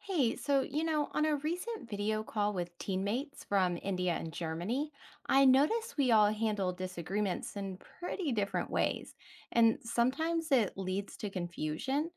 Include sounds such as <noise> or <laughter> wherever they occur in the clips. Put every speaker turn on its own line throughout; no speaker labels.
Hey, so, on a recent video call with teammates from India and Germany, I noticed we all handle disagreements in pretty different ways, and sometimes it leads to confusion.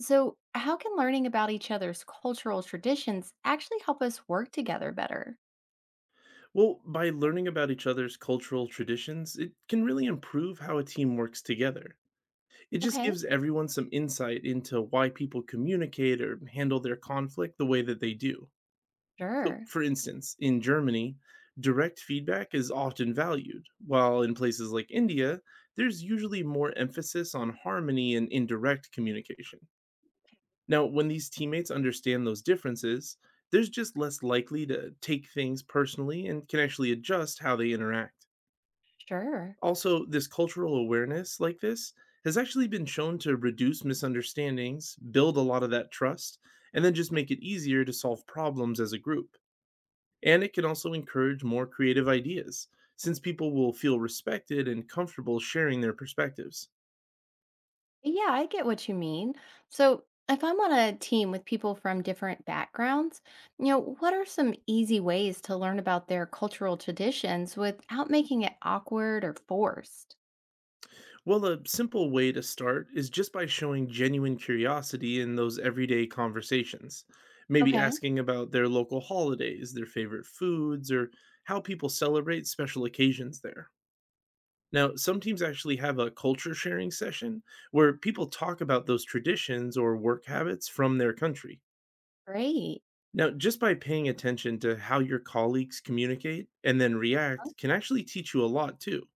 So, how can learning about each other's cultural traditions actually help us work together better?
Well, by learning about each other's cultural traditions, it can really improve how a team works together. It just
Okay,
gives everyone some insight into why people communicate or handle their conflict the way that they do. So,
sure,
for instance, in Germany, direct feedback is often valued, while in places like India, there's usually more emphasis on harmony and indirect communication. Now, when these teammates understand those differences, they're just less likely to take things personally and can actually adjust how they interact.
sure.
Also, this cultural awareness like this has actually been shown to reduce misunderstandings, build a lot of that trust, and then just make it easier to solve problems as a group. And it can also encourage more creative ideas, since people will feel respected and comfortable sharing their perspectives.
Yeah, I get what you mean. So, if I'm on a team with people from different backgrounds, what are some easy ways to learn about their cultural traditions without making it awkward or forced?
Well, a simple way to start is just by showing genuine curiosity in those everyday conversations. Maybe
Okay,
asking about their local holidays, their favorite foods, or how people celebrate special occasions there. Now, some teams actually have a culture sharing session where people talk about those traditions or work habits from their country.
great.
Now, just by paying attention to how your colleagues communicate and then
Oh,
react can actually teach you a lot too.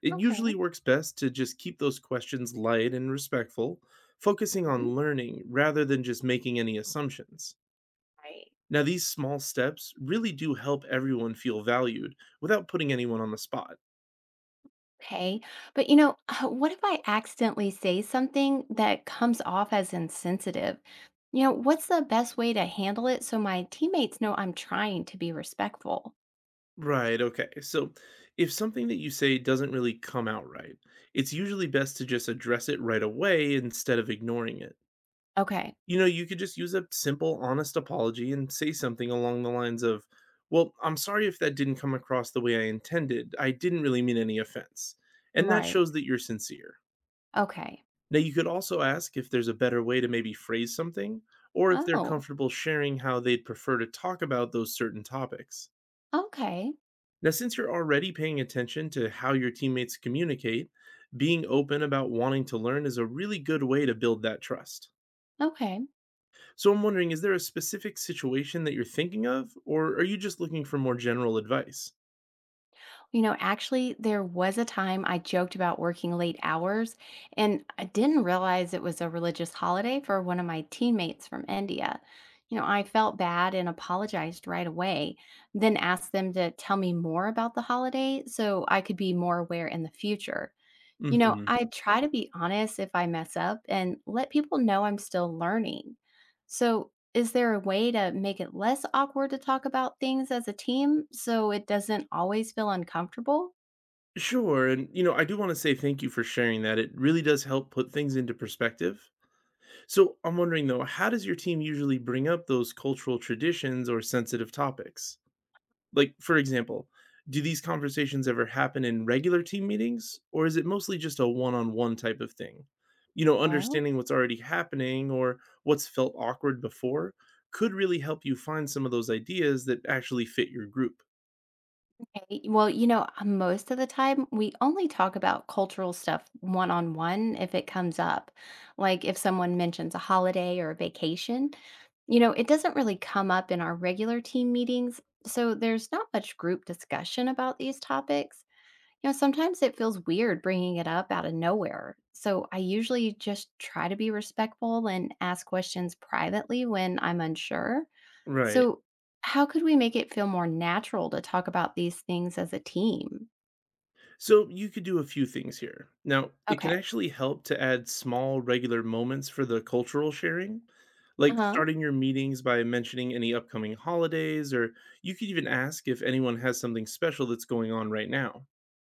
It
okay.
usually works best to just keep those questions light and respectful, focusing
Mhm.
on learning rather than just making any assumptions.
Right.
Now, these small steps really do help everyone feel valued without putting anyone on the spot.
Okay. But, what if I accidentally say something that comes off as insensitive? What's the best way to handle it so my teammates know I'm trying to be respectful?
Right, okay. So, if something that you say doesn't really come out right, it's usually best to just address it right away instead of ignoring it.
Okay.
You know, you could just use a simple, honest apology and say something along the lines of, well, I'm sorry if that didn't come across the way I intended. I didn't really mean any offense. And that
Right.
shows that you're sincere.
Okay.
Now, you could also ask if there's a better way to maybe phrase something, or if they're
Oh,
comfortable sharing how they'd prefer to talk about those certain topics.
okay.
Now, since you're already paying attention to how your teammates communicate, being open about wanting to learn is a really good way to build that trust.
Okay.
So I'm wondering, is there a specific situation that you're thinking of, or are you just looking for more general advice?
Actually, there was a time I joked about working late hours, and I didn't realize it was a religious holiday for one of my teammates from India. I felt bad and apologized right away, then asked them to tell me more about the holiday so I could be more aware in the future.
Hmm.
I try to be honest if I mess up and let people know I'm still learning. So, is there a way to make it less awkward to talk about things as a team so it doesn't always feel uncomfortable?
Sure. And, you know, I do want to say thank you for sharing that. It really does help put things into perspective. So I'm wondering, though, how does your team usually bring up those cultural traditions or sensitive topics? Like, for example, do these conversations ever happen in regular team meetings, or is it mostly just a one on one type of thing? You know,
Well,
understanding what's already happening or what's felt awkward before could really help you find some of those ideas that actually fit your group.
okay. Well, most of the time we only talk about cultural stuff one on one if it comes up. Like if someone mentions a holiday or a vacation, it doesn't really come up in our regular team meetings. So there's not much group discussion about these topics. Sometimes it feels weird bringing it up out of nowhere. So I usually just try to be respectful and ask questions privately when I'm unsure.
Right.
So, how could we make it feel more natural to talk about these things as a team?
So you could do a few things here. Now, it can
Okay.
actually help to add small, regular moments for the cultural sharing,
Uh
like
huh.
starting your meetings by mentioning any upcoming holidays, or you could even ask if anyone has something special that's going on right now.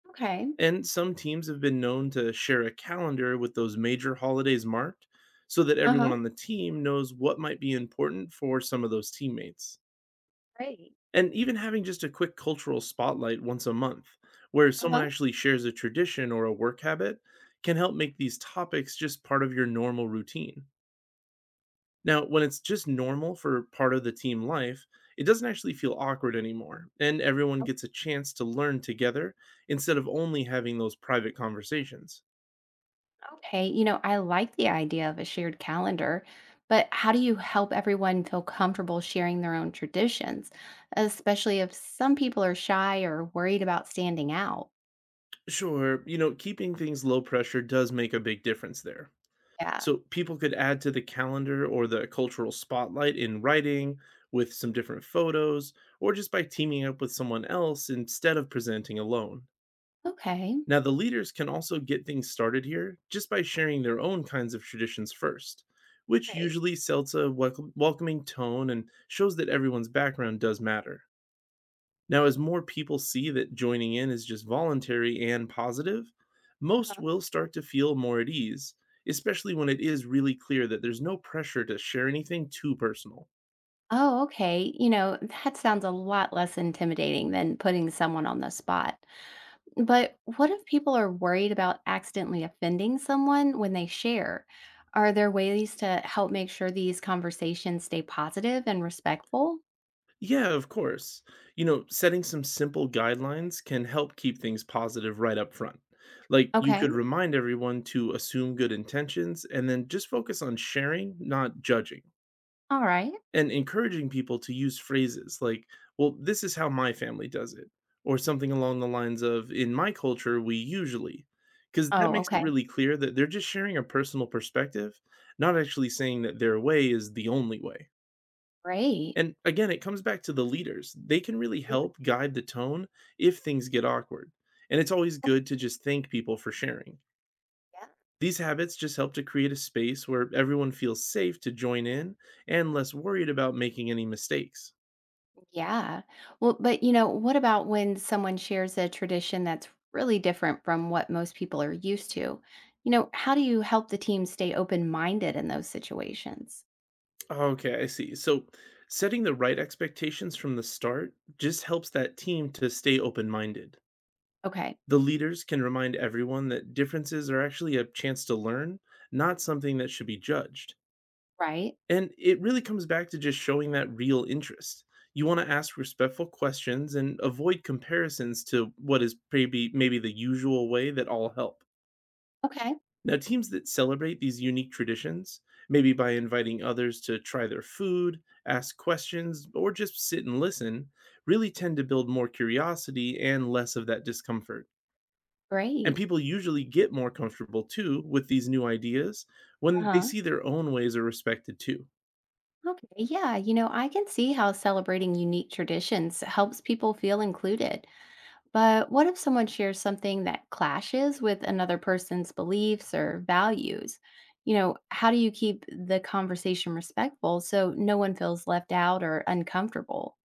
Okay.
And some teams have been known to share a calendar with those major holidays marked so that
Uh
everyone
huh.
on the team knows what might be important for some of those teammates.
Great.
And even having just a quick cultural spotlight once a month, where
Uh
someone
huh.
actually shares a tradition or a work habit, can help make these topics just part of your normal routine. Now, when it's just normal for part of the team life, it doesn't actually feel awkward anymore, and everyone gets a chance to learn together instead of only having those private conversations.
Okay. I like the idea of a shared calendar, but how do you help everyone feel comfortable sharing their own traditions, especially if some people are shy or worried about standing out?
Sure, you know, keeping things low pressure does make a big difference there.
Yeah.
So people could add to the calendar or the cultural spotlight in writing, with some different photos, or just by teaming up with someone else instead of presenting alone.
Okay.
Now, the leaders can also get things started here just by sharing their own kinds of traditions first, which
Right.
usually sets a welcoming tone and shows that everyone's background does matter. Now, as more people see that joining in is just voluntary and positive, most
Uh-huh.
will start to feel more at ease, especially when it is really clear that there's no pressure to share anything too personal.
Oh, okay. That sounds a lot less intimidating than putting someone on the spot. But what if people are worried about accidentally offending someone when they share? Are there ways to help make sure these conversations stay positive and respectful?
Yeah, of course. You know, setting some simple guidelines can help keep things positive right up front. Like, you
Okay.
could remind everyone to assume good intentions and then just focus on sharing, not judging.
All right.
And encouraging people to use phrases like, well, this is how my family does it, or something along the lines of, in my culture, we usually, because that
Oh,
makes it
okay.
really clear that they're just sharing a personal perspective, not actually saying that their way is the only way.
Great.
And again, it comes back to the leaders. They can really
Mhm.
help guide the tone if things get awkward. And it's always good to
Okay.
just thank people for sharing.
Yeah.
These habits just help to create a space where everyone feels safe to join in and less worried about making any mistakes.
Yeah. Well, but what about when someone shares a tradition that's really different from what most people are used to? How do you help the team stay open minded in those situations?
Okay, I see. So, setting the right expectations from the start just helps that team to stay open minded.
Okay.
The leaders can remind everyone that differences are actually a chance to learn, not something that should be judged.
Right.
And it really comes back to just showing that real interest. You want to ask respectful questions and avoid comparisons to what is maybe the usual way that all help.
Okay.
Now, teams that celebrate these unique traditions, maybe by inviting others to try their food, ask questions, or just sit and listen, really tend to build more curiosity and less of that discomfort. And
Great.
people usually get more comfortable too with these new ideas
Uh
when they
huh.
see their own ways are respected too.
Okay. Yeah. I can see how celebrating unique traditions helps people feel included. But what if someone shares something that clashes with another person's beliefs or values? How do you keep the conversation respectful so no one feels left out or uncomfortable?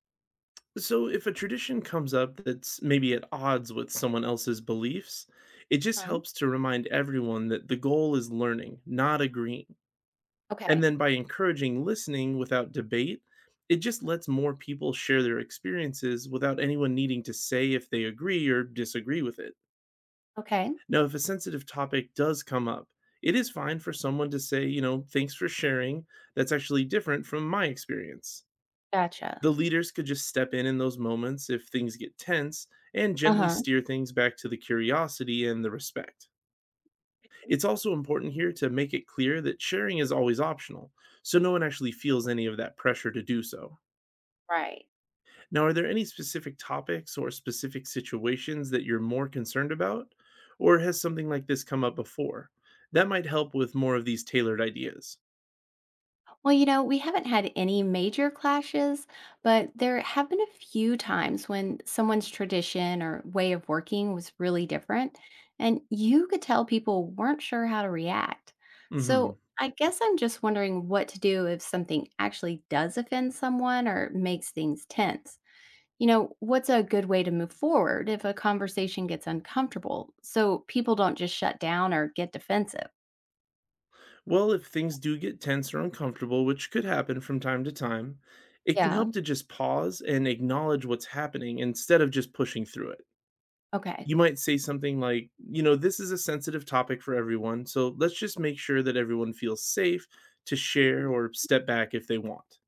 So, if a tradition comes up that's maybe at odds with someone else's beliefs, it just
Huh?
helps to remind everyone that the goal is learning, not agreeing. And
Okay.
then by encouraging listening without debate, it just lets more people share their experiences without anyone needing to say if they agree or disagree with it.
Okay.
Now, if a sensitive topic does come up, it is fine for someone to say, you know, thanks for sharing. That's actually different from my experience.
Gotcha.
The leaders could just step in those moments if things get tense and
Uh
gently
huh.
steer things back to the curiosity and the respect. It's also important here to make it clear that sharing is always optional, so no one actually feels any of that pressure to do so.
Right.
Now, are there any specific topics or specific situations that you're more concerned about? Or has something like this come up before? That might help with more of these tailored ideas.
Well, we haven't had any major clashes, but there have been a few times when someone's tradition or way of working was really different, and you could tell people weren't sure how to react. So
Hmm.
I guess I'm just wondering what to do if something actually does offend someone or makes things tense. What's a good way to move forward if a conversation gets uncomfortable so people don't just shut down or get defensive?
Well, if things do get tense or uncomfortable, which could happen from time to time, it can
Yeah.
help to just pause and acknowledge what's happening instead of just pushing through it.
Okay.
You might say something like, you know, this is a sensitive topic for everyone, so let's just make sure that everyone feels safe to share
Mhm.
or step back if they want.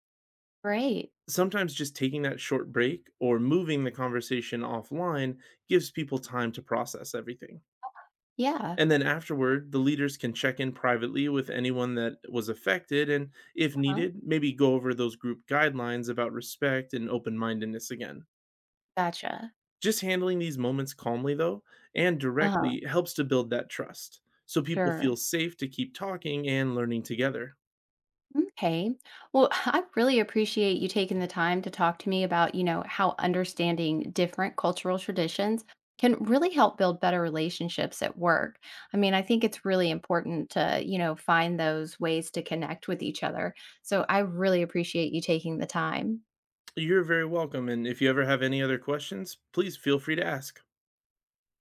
Great.
Sometimes just taking that short break or moving the conversation offline gives people time to process everything.
Yeah.
And then afterward, the leaders can check in privately with anyone that was affected and, if
Uh-huh.
needed, maybe go over those group guidelines about respect and open mindedness again.
Gotcha.
Just handling these moments calmly, though, and
Uh-huh.
directly helps to build that trust so people feel
Sure.
safe to keep talking and learning together.
Okay. Well, <laughs> I really appreciate you taking the time to talk to me about, how understanding different cultural traditions can really help build better relationships at work. I mean, I think it's really important to, find those ways to connect with each other. So I really appreciate you taking the time.
You're very welcome. And if you ever have any other questions, please feel free to ask.